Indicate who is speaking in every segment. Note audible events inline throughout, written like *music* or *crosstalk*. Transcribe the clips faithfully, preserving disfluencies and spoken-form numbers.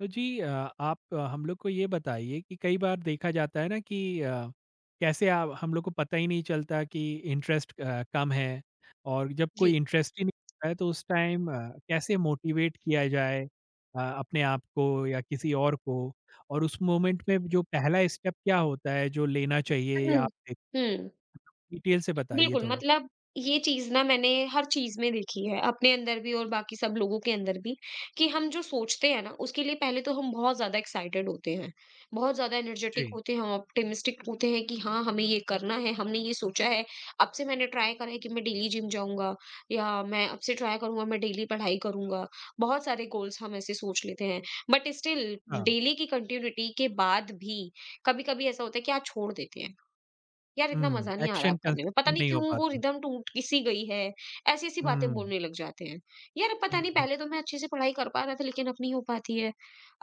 Speaker 1: तो जी अ, आप अ, हम लोग को ये बताइए कि कई बार देखा जाता है ना कि अ, कैसे आप हम लोग को पता ही नहीं चलता कि इंटरेस्ट कम है। और जब
Speaker 2: जी।
Speaker 1: कोई इंटरेस्ट ही नहीं होता है तो उस टाइम कैसे मोटिवेट किया जाए अ, अपने आप को या किसी और को और उस मोमेंट में जो पहला स्टेप क्या होता है जो लेना चाहिए या
Speaker 2: हुँ,
Speaker 1: आप
Speaker 2: हुँ।
Speaker 1: डिटेल से बताइए
Speaker 2: बिल्कुल,
Speaker 1: थोड़ा।
Speaker 2: मतलब ये चीज़ ना मैंने हर चीज़ में देखी है, अपने अंदर भी और बाकी सब लोगों के अंदर भी, कि हम जो सोचते हैं ना, उसके लिए पहले तो हम बहुत ज़्यादा एक्साइटेड होते हैं, बहुत ज़्यादा एनर्जेटिक
Speaker 1: जी।
Speaker 2: होते हैं, हम ऑप्टिमिस्टिक होते हैं कि हाँ, हमें ये करना है, हमने ये सोचा है। अब से मैंने ट्राई करा है कि मैं डेली जिम जाऊँगा, या मैं अब से ट्राई करूँगा, मैं डेली पढ़ाई करूँगा। बहुत सारे गोल्स हम ऐसे सोच लेते हैं, बट स्टिल
Speaker 1: हाँ।
Speaker 2: डेली की कंटिन्यूटी के बाद भी कभी-कभी ऐसा होता है कि आज छोड़ देते हैं। यार इतना मजा
Speaker 1: हम्म,
Speaker 2: नहीं आ रहा
Speaker 1: एक्शन
Speaker 2: अब करने में, पता
Speaker 1: कंसिस्टेंट
Speaker 2: नहीं
Speaker 1: नहीं हो
Speaker 2: क्यों वो
Speaker 1: पाता।
Speaker 2: रिदम टूट किसी गई है, ऐसी-ऐसी बातें
Speaker 1: हम्म।
Speaker 2: बोलने लग जाते हैं। यार पता
Speaker 1: हम्म,
Speaker 2: नहीं,
Speaker 1: हम्म,
Speaker 2: पहले तो मैं अच्छे से पढ़ाई कर पा रहा था लेकिन अब नहीं हो पाती है।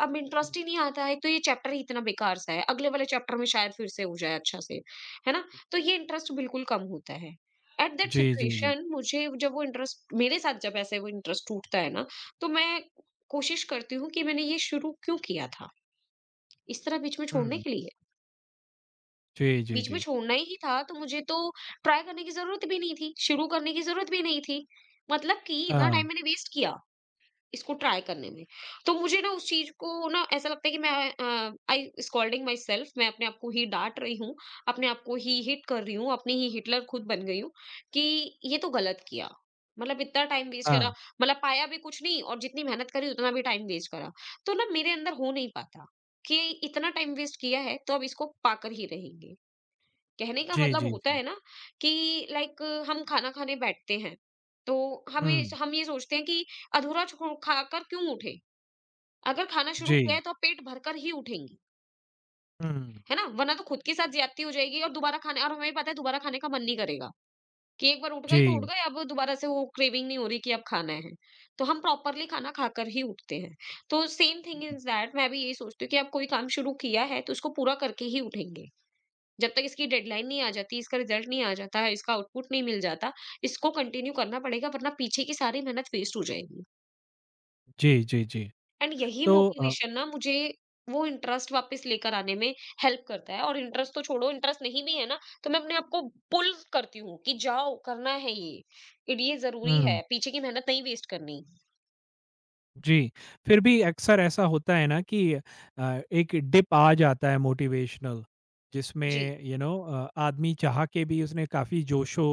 Speaker 2: अब
Speaker 1: हम्म।
Speaker 2: इंटरेस्ट ही नहीं आता है, एक तो ये चैप्टर ही इतना बेकार सा है, अगले वाले चैप्टर में शायद फिर से हो जाए अच्छा से, है ना? तो ये इंटरेस्ट बिल्कुल कम होता है। एट दैट
Speaker 1: जी जी जी।
Speaker 2: सिचुएशन मुझे, जब वो इंटरेस्ट मेरे साथ, जब ऐसे वो इंटरेस्ट टूटता है ना, तो मैं कोशिश करती हूँ कि मैंने ये शुरू क्यों किया था? इस तरह बीच में छोड़ने
Speaker 1: हम्म।
Speaker 2: के लिए?
Speaker 1: जी जी
Speaker 2: बीच में
Speaker 1: जी।
Speaker 2: छोड़ना ही था, तो मुझे तो ट्राई करने की ज़रूरत भी नहीं थी, शुरू करने की ज़रूरत भी नहीं थी। मतलब कि इतना
Speaker 1: हाँ,
Speaker 2: टाइम मैंने वेस्ट किया इसको ट्राई करने में। तो मुझे ना उस चीज़ को ना ऐसा लगता है कि मैं अ, आई स्कॉल्डिंग मायसेल्फ, मैं अपने आप को ही डाँट रही हूँ, अपने आप को ही हिट कर रही हूँ, अपनी ही हिटलर खुद बन गई हूँ कि ये तो गलत किया। मतलब इतना टाइम वेस्ट करा,
Speaker 1: हाँ।
Speaker 2: मतलब पाया भी कुछ नहीं, और जितनी मेहनत करी उतना भी टाइम वेस्ट करा। तो ना मेरे अंदर हो नहीं पाता कि इतना टाइम वेस्ट किया है, तो अब इसको पाकर ही रहेंगे। कहने का
Speaker 1: जी,
Speaker 2: मतलब
Speaker 1: जी,
Speaker 2: होता
Speaker 1: जी।
Speaker 2: है ना, कि लाइक हम खाना खाने बैठते हैं, तो हमें,
Speaker 1: हुँ,
Speaker 2: हम ये सोचते हैं कि अधूरा छो- खाकर क्यों उठे? अगर खाना शुरू
Speaker 1: जी।
Speaker 2: किया है तो आप पेट भरकर ही उठेंगी,
Speaker 1: हुँ,
Speaker 2: है ना? वरना तो खुद के साथ ज्यादती हो जाएगी, और दोबारा खाने, और हमें पता है दोबारा खाने का मन नहीं करेगा, कि एक बार उठ गए तो उठ
Speaker 1: जी।
Speaker 2: गए, अब दोबारा से वो क्रेविंग नहीं हो रही कि अब खाना है। तो हम प्रॉपरली खाना खाकर ही उठते हैं। तो सेम थिंग इज दैट, मैं भी यही सोचती हूँ कि आप कोई काम शुरू किया है तो उसको पूरा करके ही उठेंगे। जब तक इसकी डेडलाइन नहीं आ जाती, इसका रिजल्ट नहीं आ जाता है, इसका आउटपुट नहीं मिल जाता, इसको कंटिन्यू करना पड़ेगा, वरना पीछे की सारी मेहनत वेस्ट हो जाएगी।
Speaker 1: जी, जी, जी। जी।
Speaker 2: एंड यही
Speaker 1: तो अ,
Speaker 2: मोटिवेशन ना मुझे वो इंटरेस्ट वापस लेकर आने में हेल्प करता है, और इंटरेस्ट तो छोड़ो, इंटरेस्ट नहीं भी है ना, तो मैं अपने आप को पुल करती हूँ कि जाओ, करना है ये। इड ये ज़रूरी
Speaker 1: हुँ।
Speaker 2: है, पीछे की मेहनत नहीं वेस्ट करनी।
Speaker 1: जी। फिर भी अक्सर ऐसा होता है ना कि अ, एक डिप आ जाता है मोटिवेशनल,
Speaker 2: जी,
Speaker 1: जिसमें यू नो अ, आदमी चाह के भी उसने काफ़ी जोशो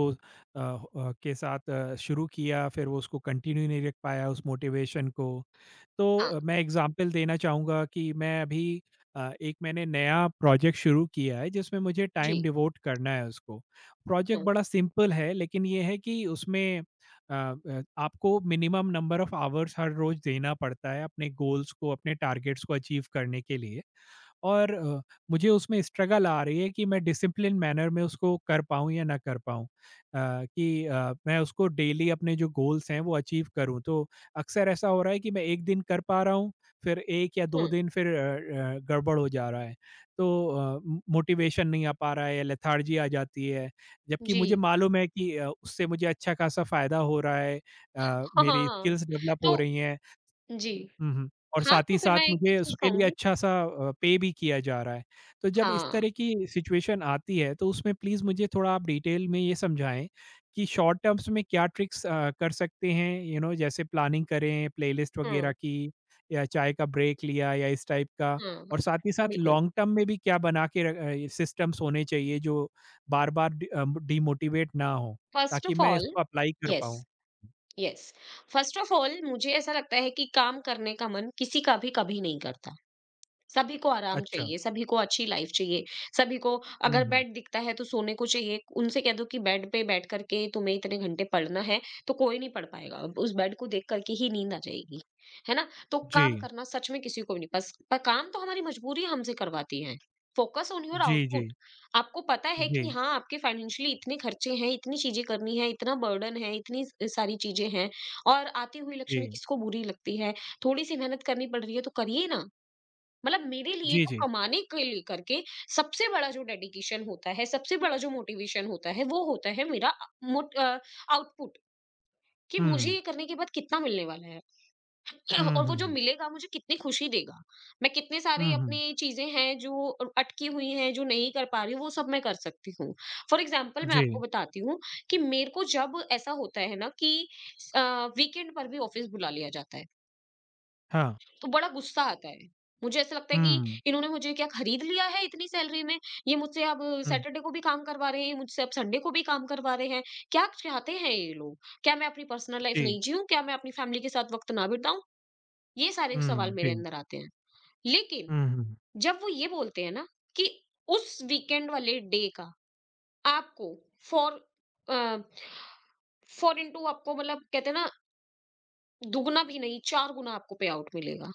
Speaker 1: अ, अ, के साथ अ, शुरू किया, फिर वो उसको कंटिन्यू नहीं रख पाया उस मोटिवेशन को। तो
Speaker 2: हाँ,
Speaker 1: अ, मैं एग्ज़ाम्पल देना चाहूँगा कि मैं अभी, अ, एक मैंने नया प्रोजेक्ट शुरू किया है, जिसमें मुझे टाइम
Speaker 2: जी,
Speaker 1: डिवोट करना है उसको। प्रोजेक्ट
Speaker 2: हाँ,
Speaker 1: बड़ा सिंपल है, लेकिन ये है कि उसमें अ, अ, आपको मिनिमम नंबर ऑफ आवर्स हर रोज देना पड़ता है अपने गोल्स को, अपने टारगेट्स को अचीव करने के लिए, और अ, मुझे उसमें स्ट्रगल आ रही है कि मैं डिसिप्लिन मैनर में उसको कर पाऊँ या ना कर पाऊँ। अ, कि अ, मैं उसको डेली अपने जो गोल्स हैं वो अचीव करूँ। तो अक्सर ऐसा हो रहा है कि मैं एक दिन कर पा रहा हूँ, फिर एक या दो
Speaker 2: हाँ,
Speaker 1: दिन फिर अ अ, गड़बड़ हो जा रहा है। तो अ, मो मोटिवेशन नहीं आ पा रहा है, या लेथार्जी आ जाती है। जबकि मुझे
Speaker 2: जी,
Speaker 1: मालूम है कि अ, उससे मुझे अच्छा खासा फ़ायदा हो रहा है। अ,
Speaker 2: हाँ, हाँ।
Speaker 1: मेरी
Speaker 2: हाँ,
Speaker 1: स्किल्स डेवलप हो रही
Speaker 2: तो
Speaker 1: हैं।
Speaker 2: जी,
Speaker 1: हुँ, हुँ। और
Speaker 2: हाँ,
Speaker 1: साथ ही
Speaker 2: तो फिर
Speaker 1: साथ
Speaker 2: मैं एक ही
Speaker 1: मुझे
Speaker 2: चीज़
Speaker 1: उसके लिए
Speaker 2: कहूँगी,
Speaker 1: अच्छा-सा अ, पे भी किया जा रहा है। तो जब इस
Speaker 2: हाँ,
Speaker 1: तरह की सिचुएशन आती है, तो उसमें प्लीज़ मुझे थोड़ा आप डिटेल में ये समझाएँ कि शॉर्ट टर्म्स में क्या ट्रिक्स अ, कर सकते हैं, यू नो, जैसे प्लानिंग करें, प्लेलिस्ट
Speaker 2: हाँ,
Speaker 1: वगैरह की, या चाय का ब्रेक लिया, या इस टाइप का?
Speaker 2: हाँ,
Speaker 1: और साथ ही साथ
Speaker 2: बिल्कुल।
Speaker 1: लॉन्ग टर्म में भी क्या बना के र अ, ये सिस्टम्स होने चाहिए जो बार-बार डि अ, डिमोटिवेट ना हों,
Speaker 2: फर्स्ट
Speaker 1: ताकि
Speaker 2: ऑफ
Speaker 1: मैं
Speaker 2: ऑल,
Speaker 1: इसको अप्लाई कर
Speaker 2: यस,
Speaker 1: पाऊँ?
Speaker 2: यस। फर्स्ट ऑफ ऑल मुझे ऐसा लगता है कि काम करने का मन किसी का भी कभी नहीं करता। सभी को आराम
Speaker 1: अच्छा।
Speaker 2: चाहिए, सभी को अच्छी लाइफ चाहिए, सभी को,
Speaker 1: हुँ,
Speaker 2: अगर
Speaker 1: हुँ।
Speaker 2: बेड दिखता है तो सोने को चाहिए। उनसे कह दो कि बेड पे बैठ कर के तुम्हें इतने घंटे पढ़ना है, तो कोई नहीं पढ़ पाएगा। अब उस बेड को देख कर के ही नींद आ जाएगी, है ना? तो काम
Speaker 1: जी।
Speaker 2: करना सच में किसी को भी नहीं, बस पर काम तो हमारी मजबूरी हमसे करवाती है। फोकस ऑन योर
Speaker 1: जी, जी।
Speaker 2: आउटपुट। आपको पता है
Speaker 1: जी।
Speaker 2: कि हाँ, आपके फाइनेंशियली इतने खर्चे हैं, इतनी चीज़ें करनी है, इतना बर्डन है, इतनी स सारी चीज़ें हैं, और आती हुई लक्ष्मी
Speaker 1: जी,
Speaker 2: किसको बुरी लगती है? थोड़ी-सी मेहनत करनी पड़ रही है तो करिए ना। मतलब मेरे लिए
Speaker 1: जी,
Speaker 2: तो
Speaker 1: जी।
Speaker 2: कमाने के लिए करके सबसे बड़ा जो डेडिकेशन होता है, सबसे बड़ा जो मोटिवेशन होता है, वो होता है मेरा आउटपुट, कि मुझे
Speaker 1: हुँ,
Speaker 2: ये करने के बाद कितना मिलने वाला है, *clears throat*
Speaker 1: हुँ,
Speaker 2: और वो जो
Speaker 1: हुँ,
Speaker 2: मिलेगा मुझे कितनी खुशी देगा। मैं कितने सारे
Speaker 1: हुँ, हुँ,
Speaker 2: अपने चीजें हैं जो अटकी हुई हैं, जो नहीं कर पा रही हूँ, वो सब मैं कर सकती हूँ। फॉर एग्जाम्पल मैं आपको
Speaker 1: जी,
Speaker 2: बताती हूँ, कि मेरे को जब ऐसा होता है ना कि वीकेंड पर भी ऑफिस बुला लिया जाता है,
Speaker 1: हाँ,
Speaker 2: तो बड़ा गुस्सा आता है। मुझे ऐसा लगता है कि
Speaker 1: हुँ,
Speaker 2: इन्होंने मुझे क्या खरीद लिया है इतनी सैलरी में? ये मुझसे अब
Speaker 1: हुँ,
Speaker 2: सैटरडे को भी काम करवा रहे हैं, ये मुझसे अब संडे को भी काम करवा रहे हैं। क्या चाहते हैं ये लोग? क्या मैं अपनी पर्सनल लाइफ
Speaker 1: जी,
Speaker 2: नहीं जीऊँ? क्या मैं अपनी फैमिली के साथ वक़्त ना बिताऊँ? ये सारे सवाल
Speaker 1: हुँ,
Speaker 2: मेरे
Speaker 1: जी,
Speaker 2: अंदर आते हैं। लेकिन
Speaker 1: हुँ, हुँ,
Speaker 2: जब वो ये बोलते हैं ना, कि उस वीकेंड वाले डे का आपको फ़ॉर अ, फ़ॉर इंटू आपको, मतलब कहते हैं ना, दुगुना भी नहीं, चार गुना आपको पे आउट मिलेगा।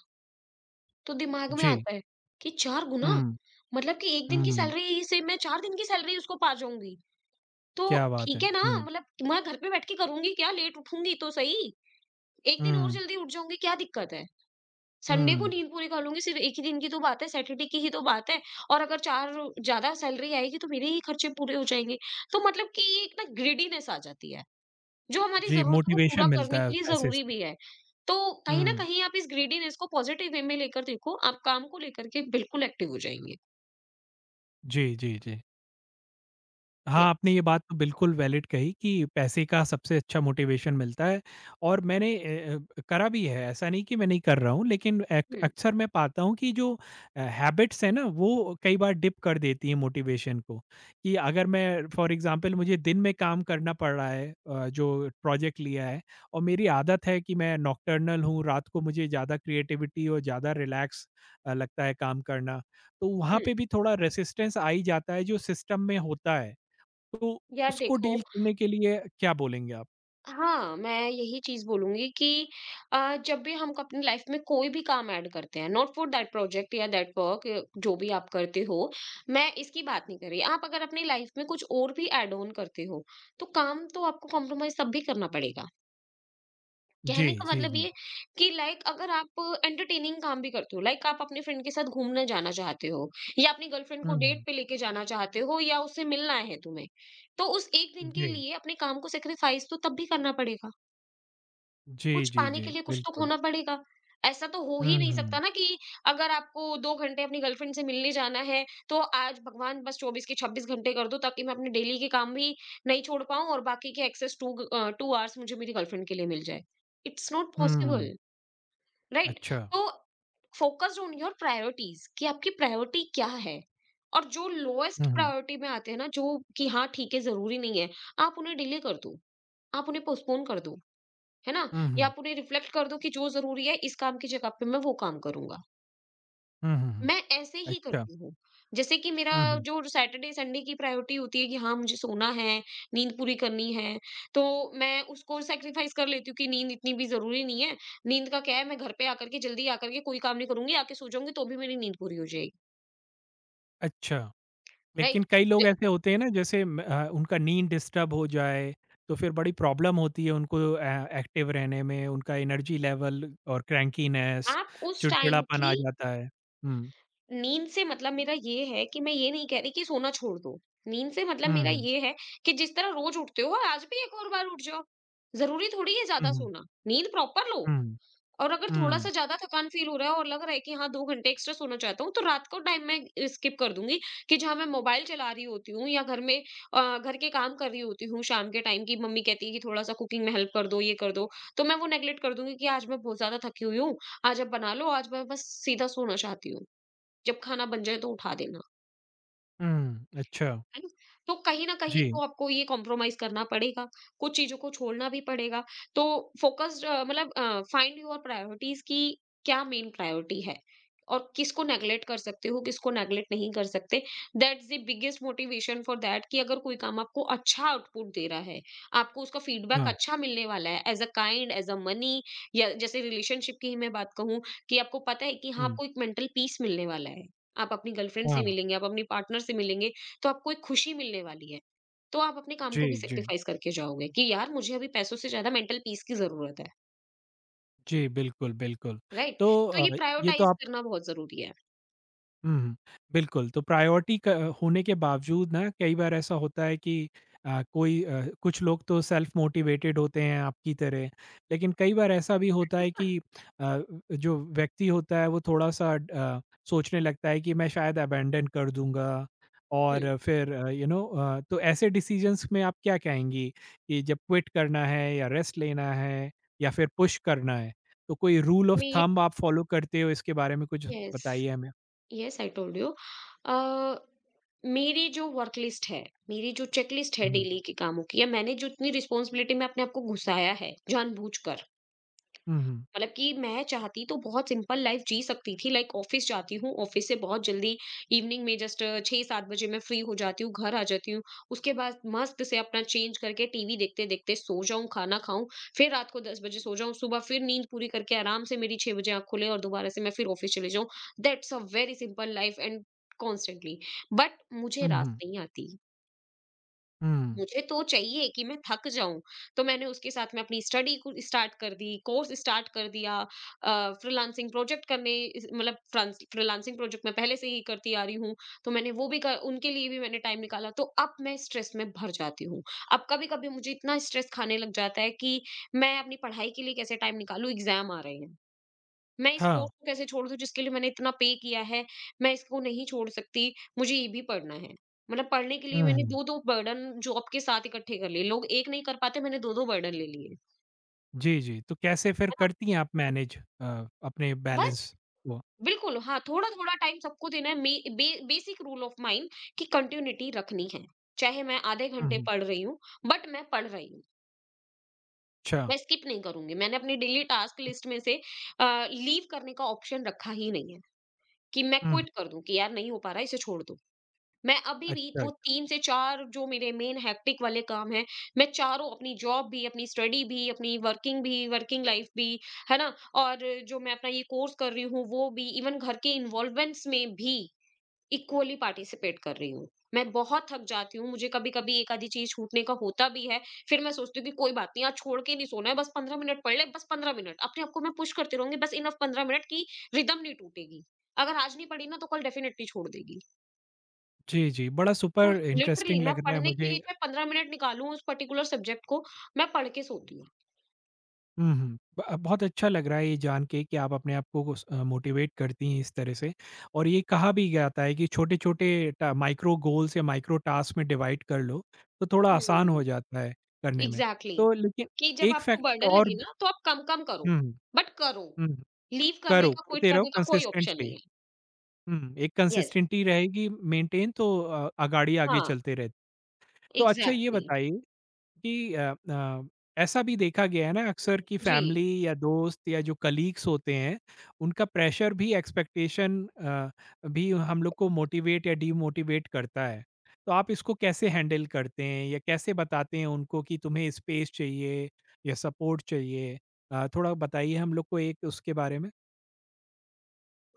Speaker 2: तो दिमाग में
Speaker 1: जी,
Speaker 2: आता है कि चार गुना,
Speaker 1: हुँ,
Speaker 2: मतलब कि एक दिन की
Speaker 1: हुँ,
Speaker 2: सैलरी से मैं चार दिन की सैलरी उसको पा जाऊंगी। तो
Speaker 1: क्या बात है!
Speaker 2: ठीक है ना,
Speaker 1: हुँ,
Speaker 2: मतलब मैं घर पे बैठ के करूँगी क्या? लेट उठूँगी तो सही। एक दिन और
Speaker 1: हुँ,
Speaker 2: जल्दी उठ जाऊँगी, क्या दिक्कत है? संडे को
Speaker 1: हुँ,
Speaker 2: नींद पूरी कर लूँगी, सिर्फ एक ही दिन की तो बात है, सैटरडे की ही तो बात है। और अगर चार ज़्यादा सैलरी आएगी तो मेरे ही खर्चे पूरे हो जाएँगे। तो मतलब कि ये एक ना ग्रीडीनेस आ जाती है, जो हमारी
Speaker 1: जी,
Speaker 2: ज़रूरतों को
Speaker 1: मोटिवेशन
Speaker 2: पूरा करने
Speaker 1: मिलता है
Speaker 2: के लिए
Speaker 1: पैसे
Speaker 2: ज़रूरी
Speaker 1: से।
Speaker 2: भी है। तो कहीं न
Speaker 1: हुँ,
Speaker 2: कहीं आप इस ग्रीडीनेस को पॉज़िटिव वे में लेकर देखो, आप काम को लेकर के बिल्कुल एक्टिव हो जाएँगे।
Speaker 1: जी, जी, जी। हाँ, आपने
Speaker 2: यस।
Speaker 1: ये बात तो बिल्कुल वैलिड कही कि पैसे का सबसे अच्छा मोटिवेशन मिलता है, और मैंने अ अ, करा भी है, ऐसा नहीं कि मैं नहीं कर रहा हूँ, लेकिन एक
Speaker 2: हुँ,
Speaker 1: अक्सर मैं पाता हूँ कि जो अ, हैबिट्स हैं ना, वो कई बार डिप कर देती हैं मोटिवेशन को। कि अगर मैं फॉर एग्ज़ाम्पल, मुझे दिन में काम करना पड़ रहा है, अ, जो प्रोजेक्ट लिया है, और मेरी आदत है कि मैं नॉकटर्नल हूँ, रात को मुझे ज़्यादा क्रिएटिविटी और ज़्यादा रिलैक्स अ, लगता है काम करना। तो वहाँ पे
Speaker 2: हुँ।
Speaker 1: भी थोड़ा रेजिस्टेंस आ ही जाता है जो सिस्टम में होता है। तो
Speaker 2: यार
Speaker 1: उसको
Speaker 2: देखो,
Speaker 1: डील करने के लिए क्या बोलेंगे आप?
Speaker 2: हाँ, मैं यही चीज़ बोलूँगी कि अ, जब भी हम अपनी लाइफ़ में कोई भी काम ऐड करते हैं, नॉट फॉर दैट प्रोजेक्ट या दैट वर्क, जो भी आप करते हो, मैं इसकी बात नहीं कर रही। आप अगर अपनी लाइफ़ में कुछ और भी ऐड ऑन करते हो, तो काम तो आपको कॉम्प्रोमाइज़ तब भी करना पड़ेगा।
Speaker 1: जी,
Speaker 2: कहने का
Speaker 1: जी,
Speaker 2: मतलब
Speaker 1: जी।
Speaker 2: ये, कि लाइक अगर आप एंटरटेनिंग काम भी करते हो, लाइक आप अपने फ्रेंड के साथ घूमने जाना चाहते हो, या अपनी गर्लफ्रेंड को डेट
Speaker 1: हुँ,
Speaker 2: पे लेके जाना चाहते हो, या उससे मिलना है तुम्हें, तो उस एक दिन के
Speaker 1: जी।
Speaker 2: लिए अपने काम को सेक्रीफाइस तो तब भी करना पड़ेगा।
Speaker 1: जी,
Speaker 2: कुछ
Speaker 1: जी,
Speaker 2: पाने
Speaker 1: जी,
Speaker 2: के लिए कुछ तो
Speaker 1: बिल्कुल।
Speaker 2: खोना पड़ेगा। ऐसा तो हो
Speaker 1: हुँ,
Speaker 2: ही नहीं सकता
Speaker 1: हुँ,
Speaker 2: ना, कि अगर आपको दो घंटे अपनी गर्लफ्रेंड से मिलने जाना है तो आज भगवान बस चौबीस के छब्बीस घंटे कर दो, ताकि मैं अपने डेली के काम भी नहीं छोड़ पाऊं, और बाकी के एक्सेस टू टू आवर्स मुझे मेरी गर्लफ्रेंड के लिए मिल जाए। इट्स नॉट
Speaker 1: हुँ,
Speaker 2: पॉसिबल, राइट?
Speaker 1: अच्छा।
Speaker 2: तो फोकस्ड ऑन योर प्रायोरिटीज, कि आपकी प्रायोरिटी क्या है, और जो लोएस्ट
Speaker 1: हुँ, हुँ,
Speaker 2: प्रायोरिटी में आते हैं ना, जो कि हाँ ठीक है, जरूरी नहीं है, आप उन्हें डिले कर दो, आप उन्हें पोस्टपोन कर दो, है ना?
Speaker 1: हुँ,
Speaker 2: या
Speaker 1: हुँ,
Speaker 2: आप उन्हें रिफ्लेक्ट कर दो कि जो जरूरी है इस काम की जगह पे मैं वो काम करूंगा।
Speaker 1: हुँ, हुँ, हुँ,
Speaker 2: मैं ऐसे ही
Speaker 1: अच्छा।
Speaker 2: करती हूँ। जैसे कि मेरा
Speaker 1: हुँ, हुँ,
Speaker 2: जो सैटरडे संडे की प्रायोरिटी होती है, कि हाँ, मुझे सोना है, नींद पूरी करनी है, तो मैं उसको सैक्रिफाइस कर लेती हूँ, कि नींद इतनी भी ज़रूरी नहीं है। नींद का क्या है, मैं घर पे आकर के जल्दी आकर के कोई काम नहीं करूँगी, आके सो जाऊँगी, तो भी मेरी नींद पूरी हो जाएगी,
Speaker 1: अच्छा। लेकिन
Speaker 2: राइट?
Speaker 1: कई
Speaker 2: ज
Speaker 1: लोग ऐसे होते हैं ना, जैसे म अ, उनका नींद डिस्टर्ब हो जाए, तो फिर बड़ी प्रॉब्लम होती है उनको अ, एक्टिव रहने में, उनका एनर्जी लेवल और क्रैंकीनेस,
Speaker 2: आप उस टाइम
Speaker 1: चिड़चिड़ापन
Speaker 2: की
Speaker 1: आ जाता है। हुँ,
Speaker 2: नींद से मतलब मेरा ये है, कि मैं ये नहीं कह रही कि सोना छोड़ दो। नींद से मतलब मेरा
Speaker 1: हुँ,
Speaker 2: ये है कि जिस तरह रोज़ उठते हो, आज भी एक और बार उठ जाओ। ज़रूरी थोड़ी है
Speaker 1: हुँ,
Speaker 2: ज़्यादा
Speaker 1: हुँ,
Speaker 2: सोना, नींद प्रॉपर लो।
Speaker 1: हुँ,
Speaker 2: और अगर
Speaker 1: हुँ,
Speaker 2: थोड़ा-सा ज़्यादा थकान फ़ील हो रहा है, और लग रहा है कि हाँ दो घंटे एक्स्ट्रा सोना चाहता हूँ, तो रात को टाइम मैं अ, स्किप कर दूँगी, कि जहाँ मैं मोबाइल चला रही होती हूँ, या घर में अ, घर के काम कर रही होती हूँ, शाम के टाइम की मम्मी कहती है कि थोड़ा-सा कुकिंग में हेल्प कर दो, ये कर दो, तो मैं वो नेगलेक्ट कर दूँगी, कि आज मैं बहुत ज़्यादा थकी हुई हूँ, आज आप बना लो, आज मैं बस सीधा सोना चाहती हूँ। जब खाना बन जाए तो उठा देना।
Speaker 1: हुँ, अच्छा,
Speaker 2: है ना? तो कहीं न कहीं
Speaker 1: जी।
Speaker 2: तो आपको ये कॉम्प्रोमाइज़ करना पड़ेगा, कुछ चीज़ों को छोड़ना भी पड़ेगा। तो फ़ोकस्ड अ, मतलब अ, फाइंड योर प्रायोरिटीज़ कि क्या मेन प्रायोरिटी है और किसको नेगलेक्ट कर सकते हो, किसको नेगलेक्ट नहीं कर सकते। That's the biggest motivation for that कि अगर कोई काम आपको अच्छा आउटपुट दे रहा है, आपको उसका फीडबैक
Speaker 1: हाँ,
Speaker 2: अच्छा मिलने वाला है as a kind, as a money या जैसे रिलेशनशिप की ही मैं बात कहूँ कि आपको पता है कि हाँ,
Speaker 1: हुँ,
Speaker 2: आपको एक मेंटल पीस मिलने वाला है। आप अपनी गर्लफ्रेंड
Speaker 1: हाँ,
Speaker 2: से मिलेंगे, आप अपनी पार्टनर से मिलेंगे, तो आपको एक खुशी मिलने वाली है। तो आप अपने काम
Speaker 1: जी,
Speaker 2: को भी
Speaker 1: जी।
Speaker 2: सैक्रिफाइस करके जाओगे कि यार मुझे अभी पैसों से ज़्यादा मेंटल पीस की ज़रूरत है,
Speaker 1: जी, बिल्कुल, बिल्कुल।
Speaker 2: राइट?
Speaker 1: तो
Speaker 2: तो ये
Speaker 1: अ, ये तो
Speaker 2: प्रायोरटाइज़
Speaker 1: आप
Speaker 2: करना बहुत ज़रूरी है।
Speaker 1: हुँ, बिल्कुल, तो प्रायोरिटी क होने के बावजूद ना कई बार ऐसा होता है कि अ, कोई अ, कुछ लोग तो सेल्फ मोटिवेटेड होते हैं आपकी तरह, लेकिन कई बार ऐसा भी होता है कि अ, जो व्यक्ति होता है वो थोड़ा-सा अ, सोचने लगता है कि मैं शायद अबैंडन कर दूँगा,
Speaker 2: हुँ।
Speaker 1: और फिर अ, यू नो अ, तो ऐसे डिसीज़न्स में आप क्या कहेंगी कि जब क्विट करना है या रेस्ट लेना है या फिर पुश करना है, तो कोई रूल ऑफ
Speaker 2: मे
Speaker 1: थंब आप फॉलो करते हो इसके बारे में कुछ
Speaker 2: येस,
Speaker 1: बताइए
Speaker 2: येस आई टोल्ड यू। अ, मेरी जो वर्क लिस्ट है, मेरी जो चेक लिस्ट है
Speaker 1: हमें?
Speaker 2: डेली के कामों की या मैंने जो इतनी रिस्पॉन्सिबिलिटी में अपने आप को घुसाया है जानबूझकर,
Speaker 1: हुँ, हुँ।
Speaker 2: मतलब कि मैं चाहती तो बहुत सिंपल लाइफ जी सकती थी। लाइक ऑफिस जाती हूँ, ऑफिस से बहुत जल्दी इवनिंग में जस्ट छह सात बजे मैं फ्री हो जाती हूँ, घर आ जाती हूँ। उसके बाद मस्त से अपना चेंज करके टीवी देखते देखते सो जाऊं, खाना खाऊं, फिर रात को दस बजे सो जाऊं, सुबह फिर नींद पूरी करके आराम से मेरी छह बजे आँख खुले और दोबारा से मैं फिर ऑफिस चले जाऊं। That's a very simple life and constantly. But मुझे
Speaker 1: हुँ,
Speaker 2: रात
Speaker 1: हुँ।
Speaker 2: नहीं आती।
Speaker 1: हुँ।
Speaker 2: मुझे तो चाहिए कि मैं थक जाऊं, तो मैंने उसके साथ में अपनी स्टडी को स्टार्ट कर दी, कोर्स स्टार्ट कर दिया, फ्रीलांसिंग प्रोजेक्ट करने, इस- मतलब फ्रीलांसिंग प्रोजेक्ट मैं पहले से ही करती आ रही हूँ। तो मैंने वो भी कर, उनके लिए भी मैंने टाइम निकाला, तो अब मैं स्ट्रेस में भर जाती हूँ। अब कभी कभी मुझे इतना स्ट्रेस खाने लग जाता है कि मैं अपनी पढ़ाई के लिए कैसे टाइम निकालूं, एग्जाम आ रहे हैं। मैं इस
Speaker 1: हाँ।
Speaker 2: कोर्स को कैसे छोड़ दूँ जिसके लिए मैंने इतना पे किया है, मैं इसको नहीं छोड़ सकती, मुझे ये भी पढ़ना है। मतलब पढ़ने के लिए मैंने
Speaker 1: हुँ।
Speaker 2: दो दो बर्डन जॉब के साथ इकट्ठे कर लिए। लोग एक नहीं कर पाते, मैंने दो दो बर्डन ले लिए।
Speaker 1: जी, जी। तो कैसे फिर
Speaker 2: है ना?
Speaker 1: करती हैं आप मैनेज अ, अपने
Speaker 2: बस
Speaker 1: बैलेंस को?
Speaker 2: बिल्कुल हाँ, थोड़ा-थोड़ा टाइम सबको देना है। मे बे बेसिक रूल ऑफ माइन कि कंटिन्यूटी रखनी है। चाहे मैं आधे
Speaker 1: हुँ,
Speaker 2: घंटे
Speaker 1: हुँ।
Speaker 2: पढ़ रही हूँ, बट मैं पढ़ रही हूँ।
Speaker 1: अच्छा।
Speaker 2: मैं स्किप नहीं करूँगी। मैंने अपनी डेली टास्क लिस्ट में से अ, लीव करने का ऑप्शन रखा ही नहीं है कि मैं
Speaker 1: हुँ, हुँ।
Speaker 2: क्विट कर दूँ कि यार नहीं हो पा रहा है, इसे छोड़ दो। मैं अभी भी
Speaker 1: अच्छा,
Speaker 2: वो
Speaker 1: अच्छा।
Speaker 2: तीन से चार जो मेरे मेन हेक्टिक वाले काम हैं, मैं चारों अपनी जॉब भी, अपनी स्टडी भी, अपनी वर्किंग भी, वर्किंग लाइफ भी, है ना? और जो मैं अपना ये कोर्स कर रही हूँ वो भी, इवन घर के इन्वॉल्वमेंट्स में भी इक्वली पार्टिसिपेट कर रही हूँ। मैं बहुत थक जाती हूँ, मुझे कभी-कभी एक आधी चीज़ छूटने का होता भी है, फिर मैं सोचती हूँ कि कोई बात नहीं, आज छोड़ के नहीं सोना है, बस पंद्रह मिनट पढ़ ले, बस पंद्रह मिनट। अपने आप को मैं पुश करती रहूँगी बस इनफ पंद्रह मिनट की रिदम नहीं टूटेगी। अगर आज नहीं पढ़ी ना तो कल डेफिनिटली छोड़ देगी।
Speaker 1: जी, जी। बड़ा
Speaker 2: तो
Speaker 1: सुपर
Speaker 2: लिटरली
Speaker 1: इंटरेस्टिंग
Speaker 2: मैं
Speaker 1: लग रहा है
Speaker 2: पढ़ने के
Speaker 1: मुझे।
Speaker 2: लिए चाहे पंद्रह मिनट निकालूँ उस पर्टिकुलर सब्जेक्ट को, मैं पढ़ के सोती हूँ।
Speaker 1: हुँ, हुँ। ब बहुत अच्छा लग रहा है ये जान के कि आप अपने आप को उस अ, मोटिवेट करती हैं इस तरह से, और ये कहा भी जाता है कि छोटे-छोटे टा माइक्रो गोल्स या माइक्रो टास्क में डिवाइड कर लो, तो थोड़ा आसान हो
Speaker 2: हुँ।
Speaker 1: जाता है करने में।
Speaker 2: एग्ज़ैक्टली,
Speaker 1: तो लेकिन
Speaker 2: कि जब
Speaker 1: एक
Speaker 2: आपको
Speaker 1: फैक्टर
Speaker 2: बर्डन
Speaker 1: और
Speaker 2: लगे ना तो आप कम-कम करो,
Speaker 1: हुँ,
Speaker 2: बट करो।
Speaker 1: हुँ।
Speaker 2: लीव करने
Speaker 1: करो,
Speaker 2: का, क्विट
Speaker 1: करते रहो
Speaker 2: करने का कोई ऑप्शन नहीं
Speaker 1: कंसिस्टेंटली।
Speaker 2: है।
Speaker 1: हुँ, एक
Speaker 2: यस।
Speaker 1: कंसिस्टेंटी रहेगी मेंटेन, तो अ, अगाड़ी आगे
Speaker 2: हाँ,
Speaker 1: चलते रहे। तो अच्छा ये
Speaker 2: एग्ज़ैक्टली।
Speaker 1: बताइए कि अ अ, ऐसा भी देखा गया है ना अक्सर कि
Speaker 2: जी,
Speaker 1: फैमिली या दोस्त या जो कलीग्स होते हैं, उनका प्रेशर भी एक्सपेक्टेशन अ, भी हम लोग को मोटिवेट या डीमोटिवेट करता है। तो आप इसको कैसे हैंडल करते हैं या कैसे बताते हैं उनको कि तुम्हें स्पेस चाहिए या सपोर्ट चाहिए? अ, थोड़ा बताइए हम लोग को एक उसके बारे में।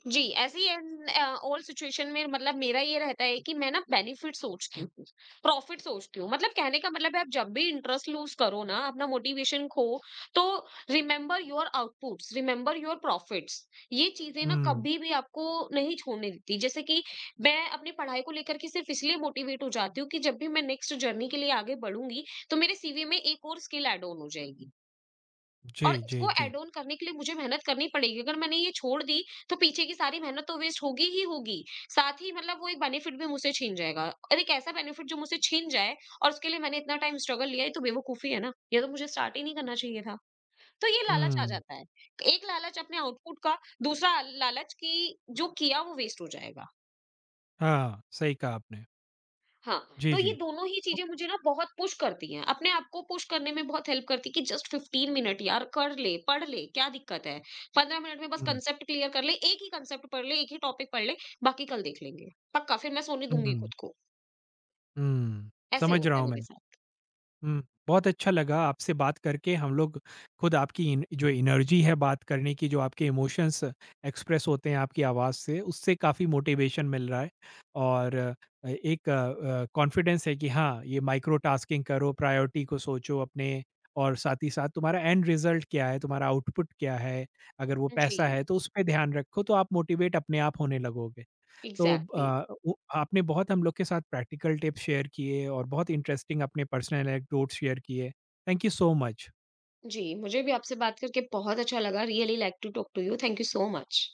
Speaker 2: जी, ऐसी इन अ, ऑल सिचुएशन में मतलब मेरा ये रहता है कि मैं ना बेनिफिट सोचती हूँ, प्रॉफिट सोचती हूँ। मतलब कहने का मतलब है आप जब भी इंटरेस्ट लूज़ करो ना, अपना मोटिवेशन खो, तो remember your outputs, remember your profits. ये चीज़ें ना
Speaker 1: हुँ।
Speaker 2: कभी भी आपको नहीं छोड़ने देती। जैसे कि मैं अपनी पढ़ाई को लेकर के सिर्फ़ इसलिए मोटिवेट हो जाती हूँ कि जब भी मैं नेक्स्ट जर्नी के लिए आगे बढ़ूँगी, तो मेरे सीवी में एक और स्किल ऐड ऑन हो जाएगी।
Speaker 1: जी,
Speaker 2: और
Speaker 1: जी,
Speaker 2: इसको
Speaker 1: जी।
Speaker 2: ऐड ऑन करने के लिए मुझे मेहनत करनी पड़ेगी। अगर मैंने ये छोड़ दी तो पीछे की सारी मेहनत तो वेस्ट होगी ही होगी। साथ ही मतलब वो एक बेनिफिट भी मुझसे छीन जाएगा और एक ऐसा बेनिफिट जो मुझसे छीन जाए और उसके लिए मैंने इतना टाइम स्ट्रगल लिया, ये तो बेवकूफ़ी है ना। ये तो मुझे स्टार्ट ही नहीं करना चाहिए था। तो ये लालच आ
Speaker 1: हुँ।
Speaker 2: जाता है। एक लालच अपने आउटपुट का, दूसरा लालच कि जो किया वो वेस्ट हो जाएगा।
Speaker 1: हाँ, सही कहा आपने।
Speaker 2: हाँ,
Speaker 1: जी,
Speaker 2: तो ये
Speaker 1: जी।
Speaker 2: दोनों ही चीज़ें मुझे ना बहुत पुश करती हैं, अपने आप को पुश करने में बहुत हेल्प करती है कि जस्ट पंद्रह मिनट यार कर ले, पढ़ ले, क्या दिक्कत है? पंद्रह मिनट में बस
Speaker 1: हुँ,
Speaker 2: कॉन्सेप्ट क्लियर कर ले, एक ही कॉन्सेप्ट पढ़ ले, एक ही टॉपिक पढ़ ले, बाकी कल देख लेंगे। पक्का फिर मैं सोने
Speaker 1: हुँ,
Speaker 2: दूँगी
Speaker 1: हुँ,
Speaker 2: खुद को,
Speaker 1: हुँ।
Speaker 2: ऐसे
Speaker 1: समझ रहा
Speaker 2: होता है
Speaker 1: हूँ
Speaker 2: मेरे
Speaker 1: मैं।
Speaker 2: साथ।
Speaker 1: हुँ, बहुत अच्छा लगा आपसे बात करके। हम लोग खुद आपकी इन जो एनर्जी है बात करने की, जो आपके इमोशंस एक्सप्रेस होते हैं आपकी आवाज़ से, उससे काफ़ी मोटिवेशन मिल रहा है। और अ, एक अ, कॉन्फिडेंस है कि हाँ, ये माइक्रो टास्किंग करो, प्रायोरिटी को सोचो अपने, और साथ ही साथ तुम्हारा एंड रिज़ल्ट क्या है, तुम्हारा आउटपुट क्या है, अगर वो पैसा
Speaker 2: जी,
Speaker 1: है तो उस पे ध्यान रखो, तो आप मोटिवेट अपने आप होने लगोगे। तो
Speaker 2: एग्ज़ैक्टली।
Speaker 1: अ, वो आपने बहुत हम लोग के साथ प्रैक्टिकल टिप्स शेयर किए और बहुत इंटरेस्टिंग अपने पर्सनल एनेक्डोट्स शेयर किए। Thank you so much.
Speaker 2: जी, मुझे भी आपसे बात करके बहुत अच्छा लगा। Really like to talk to you. Thank you so much.